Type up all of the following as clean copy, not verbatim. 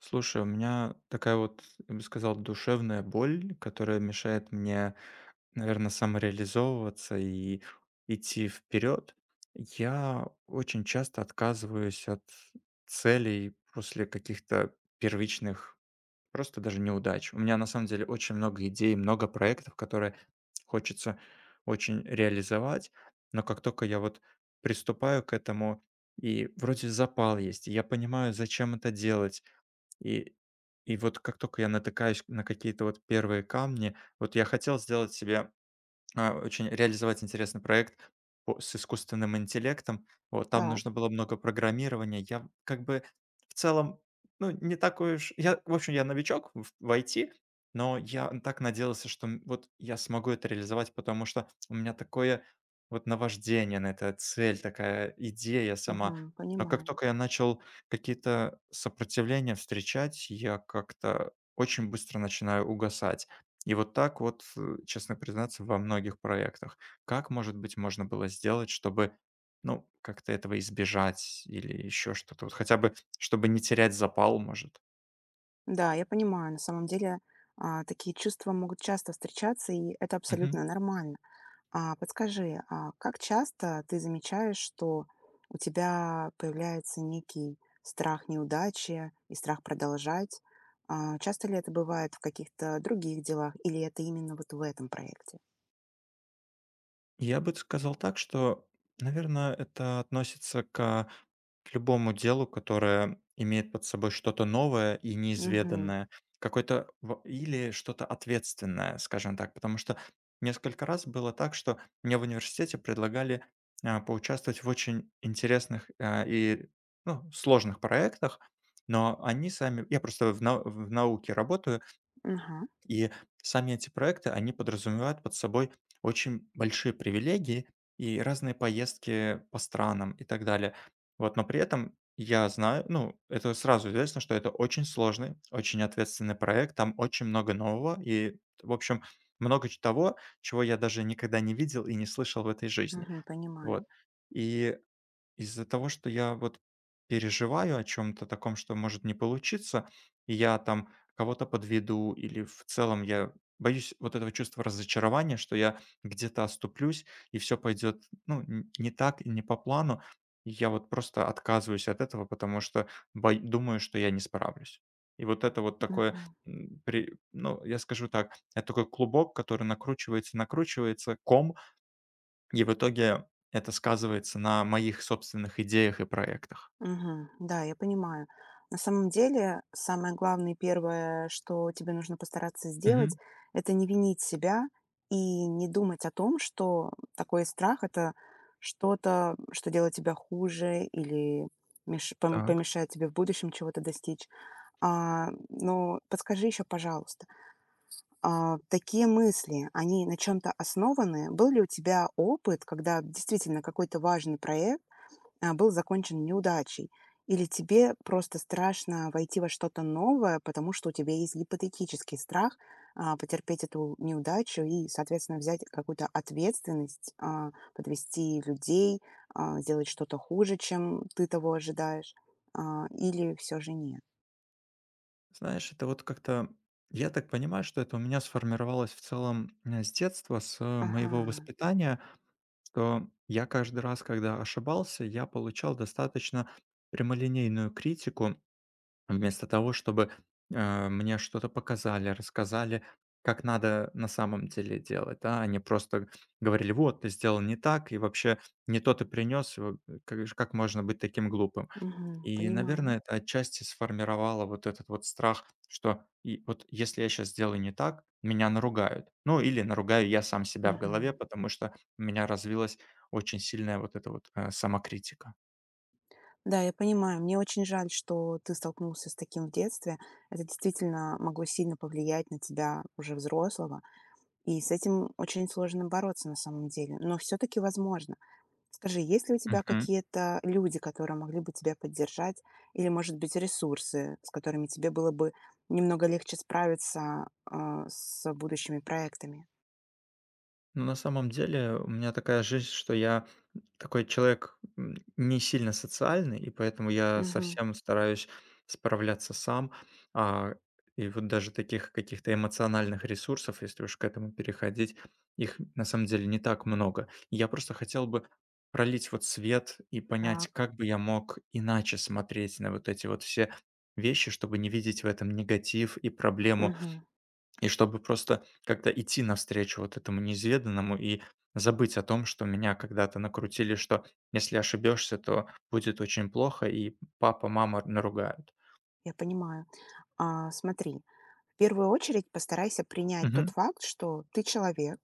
Слушай, у меня такая вот, я бы сказал, душевная боль, которая мешает мне, наверное, самореализовываться и идти вперед. Я очень часто отказываюсь от целей после каких-то первичных, просто даже неудач. У меня на самом деле очень много идей, много проектов, которые хочется очень реализовать, но как только я вот приступаю к этому, и вроде запал есть, и я понимаю, зачем это делать, и вот как только я натыкаюсь на какие-то вот первые камни, вот я хотел сделать себе очень реализовать интересный проект по с искусственным интеллектом. Вот, там нужно Так, было много программирования. Я как бы в целом, ну, не такой уж я, в общем, я новичок в IT, но я так надеялся, что, вот я смогу это реализовать, потому что у меня такое вот наваждение на это, цель такая, идея сама. мгм, Но как понимаю. только я начал какие-то сопротивления встречать, я как-то очень быстро начинаю угасать. И вот так вот, честно признаться, во многих проектах. Как, может быть, можно было сделать, чтобы, ну, как-то этого избежать или еще что-то? Вот хотя бы, чтобы не терять запал, может. Да, я понимаю, на самом деле, такие чувства могут часто встречаться, и это абсолютно нормально. Подскажи, а как часто ты замечаешь, что у тебя появляется некий страх неудачи и страх продолжать? Часто ли это бывает в каких-то других делах, или это именно вот в этом проекте? Я бы сказал так, что, наверное, это относится к любому делу, которое имеет под собой что-то новое и Мгм, неизведанное, какой-то в или что-то ответственное, скажем так. Потому что несколько раз было так, что мне в университете предлагали, поучаствовать в очень интересных, ну, сложных проектах, но они сами я просто в нау в науке работаю, мгм, и сами эти проекты, они подразумевают под собой очень большие привилегии и разные поездки по странам и так далее. Вот, но при этом я знаю, ну, это сразу известно, что это очень сложный, очень ответственный проект, там очень много нового и, в общем, много того, чего я даже никогда не видел и не слышал в этой жизни. мгм, понимаю. Вот. И из-за того, что я вот переживаю о чем то таком, что может не получиться, и я там кого-то подведу или в целом я боюсь вот этого чувства разочарования, что я где-то оступлюсь и все пойдет ну, н не так и не по плану. И я вот просто отказываюсь от этого, потому что бой думаю, что я не справлюсь. И вот это вот такое, Мгм. м, при ну, я скажу так, это такой клубок, который накручивается, накручивается, и в итоге это сказывается на моих собственных идеях и проектах. Мгм. Да, я понимаю. На самом деле, самое главное и первое, что тебе нужно постараться сделать, Мгм. это не винить себя и не думать о том, что такой страх – это что-то, что делает тебя хуже или Так. помешает тебе в будущем чего-то достичь. Но подскажи еще, пожалуйста, такие мысли, они на чем-то основаны? Был ли у тебя опыт, когда действительно какой-то важный проект был закончен неудачей, или тебе просто страшно войти во что-то новое, потому что у тебя есть гипотетический страх потерпеть эту неудачу и, соответственно, взять какую-то ответственность, подвести людей, сделать что-то хуже, чем ты того ожидаешь, или все же нет. Знаешь, это вот как-то, я так понимаю, что это у меня сформировалось в целом с детства, с моего Ага, воспитания, что я каждый раз, когда ошибался, я получал достаточно прямолинейную критику. Вместо того, чтобы, мне что-то показали, рассказали, как надо на самом деле делать, да. Они просто говорили: "Вот, ты сделал не так, и вообще не то ты принес, как можно быть таким глупым?" мгм, И, понимаю. наверное, это отчасти сформировало вот этот вот страх, что и вот если я сейчас сделаю не так, меня наругают. Ну, или наругаю я сам себя в голове, Мгм. потому что у меня развилась очень сильная вот эта вот, самокритика. Да, я понимаю. Мне очень жаль, что ты столкнулся с таким в детстве. Это действительно могло сильно повлиять на тебя уже взрослого. И с этим очень сложно бороться на самом деле, но все-таки возможно. Скажи, есть ли у тебя какие-то люди, которые могли бы тебя поддержать, или, может быть, ресурсы, с которыми тебе было бы немного легче справиться с будущими проектами? Ну, на самом деле, у меня такая жизнь, что я такой человек не сильно социальный, и поэтому я Мгм. совсем стараюсь справляться сам. А, и вот даже таких каких-то эмоциональных ресурсов, если уж к этому переходить, их на самом деле не так много. И я просто хотел бы пролить вот свет и понять, Так, как бы я мог иначе смотреть на вот эти вот все вещи, чтобы не видеть в этом негатив и проблему мгм. и чтобы просто как-то идти навстречу вот этому неизведанному и забыть о том, что меня когда-то накрутили, что если ошибешься, то будет очень плохо, и папа, мама наругают. Я понимаю. Смотри, в первую очередь постарайся принять тот Мгм. факт, что ты человек,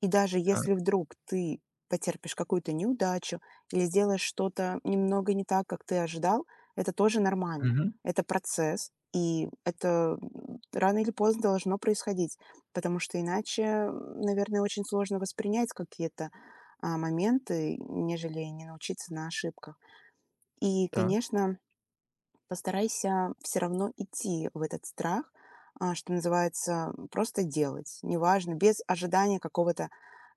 и даже если Так. вдруг ты потерпишь какую-то неудачу или сделаешь что-то немного не так, как ты ожидал, это тоже нормально. Мгм. Это процесс, и это рано или поздно должно происходить, потому что иначе, наверное, очень сложно воспринять какие-то моменты, нежели не научиться на ошибках. И, Так. конечно, постарайся все равно идти в этот страх, что называется, просто делать, неважно, без ожидания какого-то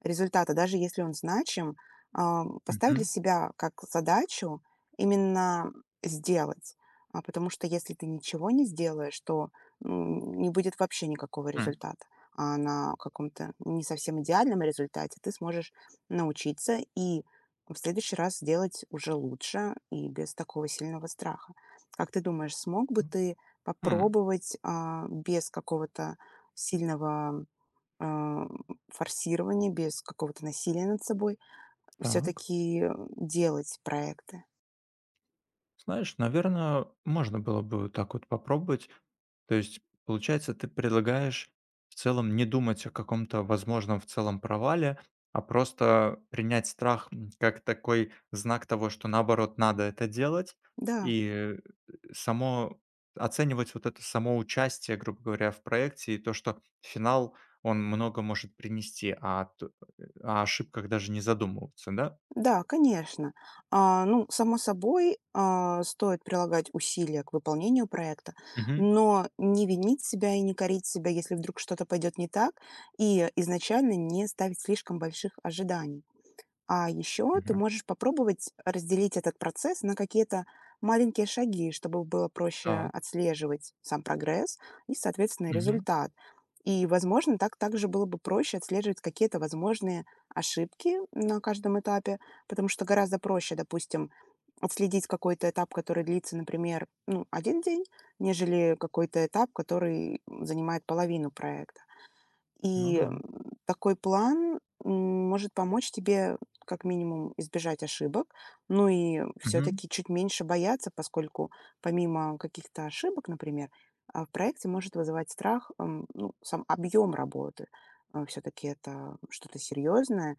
результата, даже если он значим, поставь для Мгм. себя как задачу именно сделать. Потому что если ты ничего не сделаешь, то ну, не будет вообще никакого М. результата. А на каком-то не совсем идеальном результате ты сможешь научиться и в следующий раз сделать уже лучше и без такого сильного страха. Как ты думаешь, смог бы ты М. попробовать, без какого-то сильного, а, форсирования, без какого-то насилия над собой все Так. таки делать проекты? Знаешь, наверное, можно было бы вот так вот попробовать. То есть, получается, ты предлагаешь в целом не думать о каком-то возможном в целом провале, а просто принять страх как такой знак того, что наоборот надо это делать, Да, и само оценивать вот это само участие, грубо говоря, в проекте, и то, что финал, он много может принести, о ошибках даже не задумываться, да? да, конечно. Ну, само собой, стоит прилагать усилия к выполнению проекта, Мгм. но не винить себя и не корить себя, если вдруг что-то пойдет не так, и изначально не ставить слишком больших ожиданий. А еще ты можешь попробовать разделить этот процесс на какие-то маленькие шаги, чтобы было проще Так, отслеживать сам прогресс и, соответственно, мгм. результат. И, возможно, так также было бы проще отслеживать какие-то возможные ошибки на каждом этапе, потому что гораздо проще, допустим, отследить какой-то этап, который длится, например, ну, один день, нежели какой-то этап, который занимает половину проекта. Ну И да. такой план, может помочь тебе как минимум избежать ошибок, ну и все Мгм. таки чуть меньше бояться, поскольку помимо каких-то ошибок, например, в проекте может вызывать страх, ну, сам объем работы. Все таки это что-то серьезное,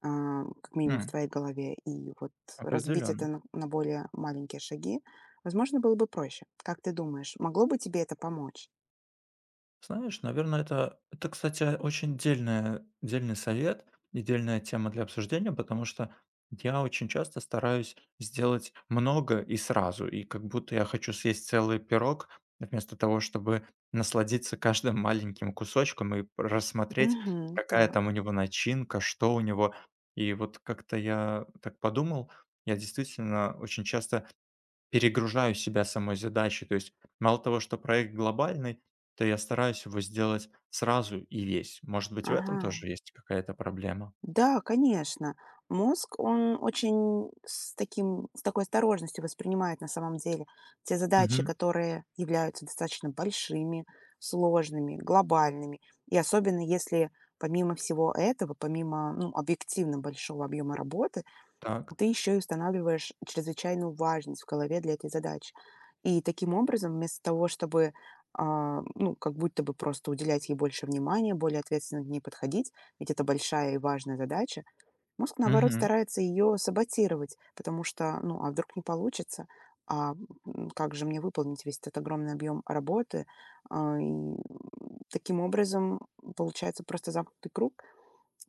как минимум в М. твоей голове. И вот разбить это Определенно. на более маленькие шаги, возможно, было бы проще. Как ты думаешь, могло бы тебе это помочь? Знаешь, наверное, это, кстати, очень дельная дельный совет и дельная тема для обсуждения, потому что я очень часто стараюсь сделать много и сразу, и как будто я хочу съесть целый пирог, вместо того, чтобы насладиться каждым маленьким кусочком и рассмотреть, Угу. какая там у Так. него начинка, что у него. И вот как-то я так подумал, я действительно очень часто перегружаю себя самой задачей. То есть мало того, что проект глобальный, то я стараюсь его сделать сразу и весь. Может быть, в Ага. этом тоже есть какая-то проблема? Да, конечно. Мозг, он очень с такой осторожностью воспринимает, на самом деле, те задачи, Мгм. которые являются достаточно большими, сложными, глобальными. И особенно если помимо всего этого, помимо, ну, объективно большого объема работы, Так. ты еще и устанавливаешь чрезвычайную важность в голове для этой задачи. И таким образом, вместо того, чтобы, ну, как будто бы просто уделять ей больше внимания, более ответственно к ней подходить, ведь это большая и важная задача, мозг, наоборот, Мгм. старается ее саботировать, потому что, ну, а вдруг не получится, а как же мне выполнить весь этот огромный объем работы? А, И м, таким образом получается просто замкнутый круг.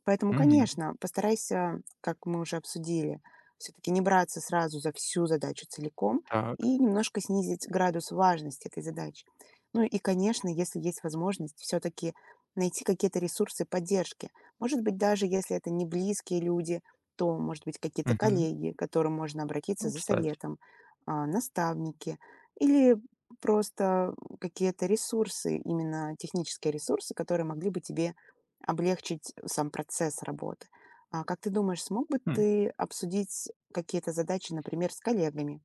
Поэтому, Мгм. конечно, постарайся, как мы уже обсудили, все-таки не браться сразу за всю задачу целиком Так. и немножко снизить градус важности этой задачи. Ну и, конечно, если есть возможность, все-таки найти какие-то ресурсы поддержки. Может быть, даже если это не близкие люди, то, может быть, какие-то Мгм. коллеги, к которым можно обратиться Ну, за кстати. советом, наставники или просто какие-то ресурсы, именно технические ресурсы, которые могли бы тебе облегчить сам процесс работы. А как ты думаешь, смог бы Хм. ты обсудить какие-то задачи, например, с коллегами?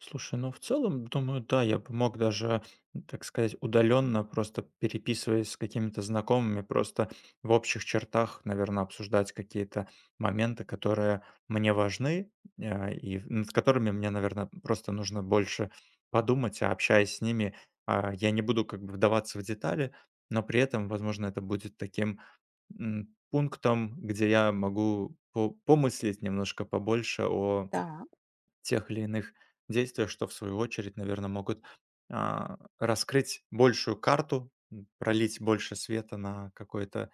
Слушай, ну в целом, думаю, да, я бы мог даже, так сказать, удаленно, просто переписываясь с какими-то знакомыми, просто в общих чертах, наверное, обсуждать какие-то моменты, которые мне важны, над которыми мне, наверное, просто нужно больше подумать, а общаясь с ними, я не буду как бы вдаваться в детали, но при этом, возможно, это будет таким пунктом, где я могу помыслить немножко побольше о Да, тех или иных действиях, что в свою очередь, наверное, могут, раскрыть большую карту, пролить больше света на какое-то,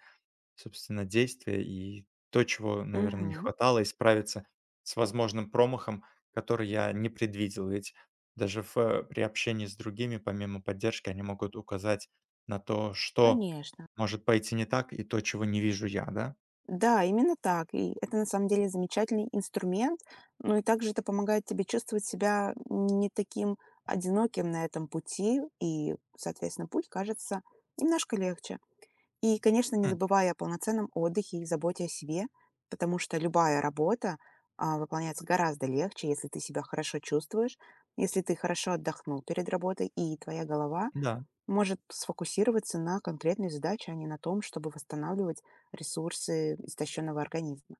собственно, действие и то, чего, наверное, не мгм, хватало, и справиться с возможным промахом, который я не предвидел. Ведь даже при общении с другими, помимо поддержки, они могут указать на то, что конечно. может пойти не так, и то, чего не вижу я, да? Да, именно так. И это на самом деле замечательный инструмент. Ну и также это помогает тебе чувствовать себя не таким одиноким на этом пути, и, соответственно, путь кажется немножко легче. И, конечно, не М, забывая о полноценном отдыхе и заботе о себе, потому что любая работа выполняется гораздо легче, если ты себя хорошо чувствуешь, если ты хорошо отдохнул перед работой, и твоя голова да, может сфокусироваться на конкретной задаче, а не на том, чтобы восстанавливать ресурсы истощенного организма.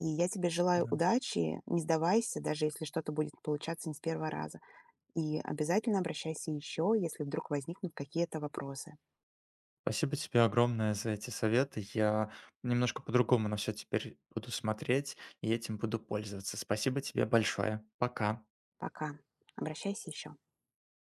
И я тебе желаю да. удачи, не сдавайся, даже если что-то будет получаться не с первого раза. И обязательно обращайся еще, если вдруг возникнут какие-то вопросы. Спасибо тебе огромное за эти советы. Я немножко по-другому на все теперь буду смотреть и этим буду пользоваться. Спасибо тебе большое. Пока. Пока. Обращайся еще.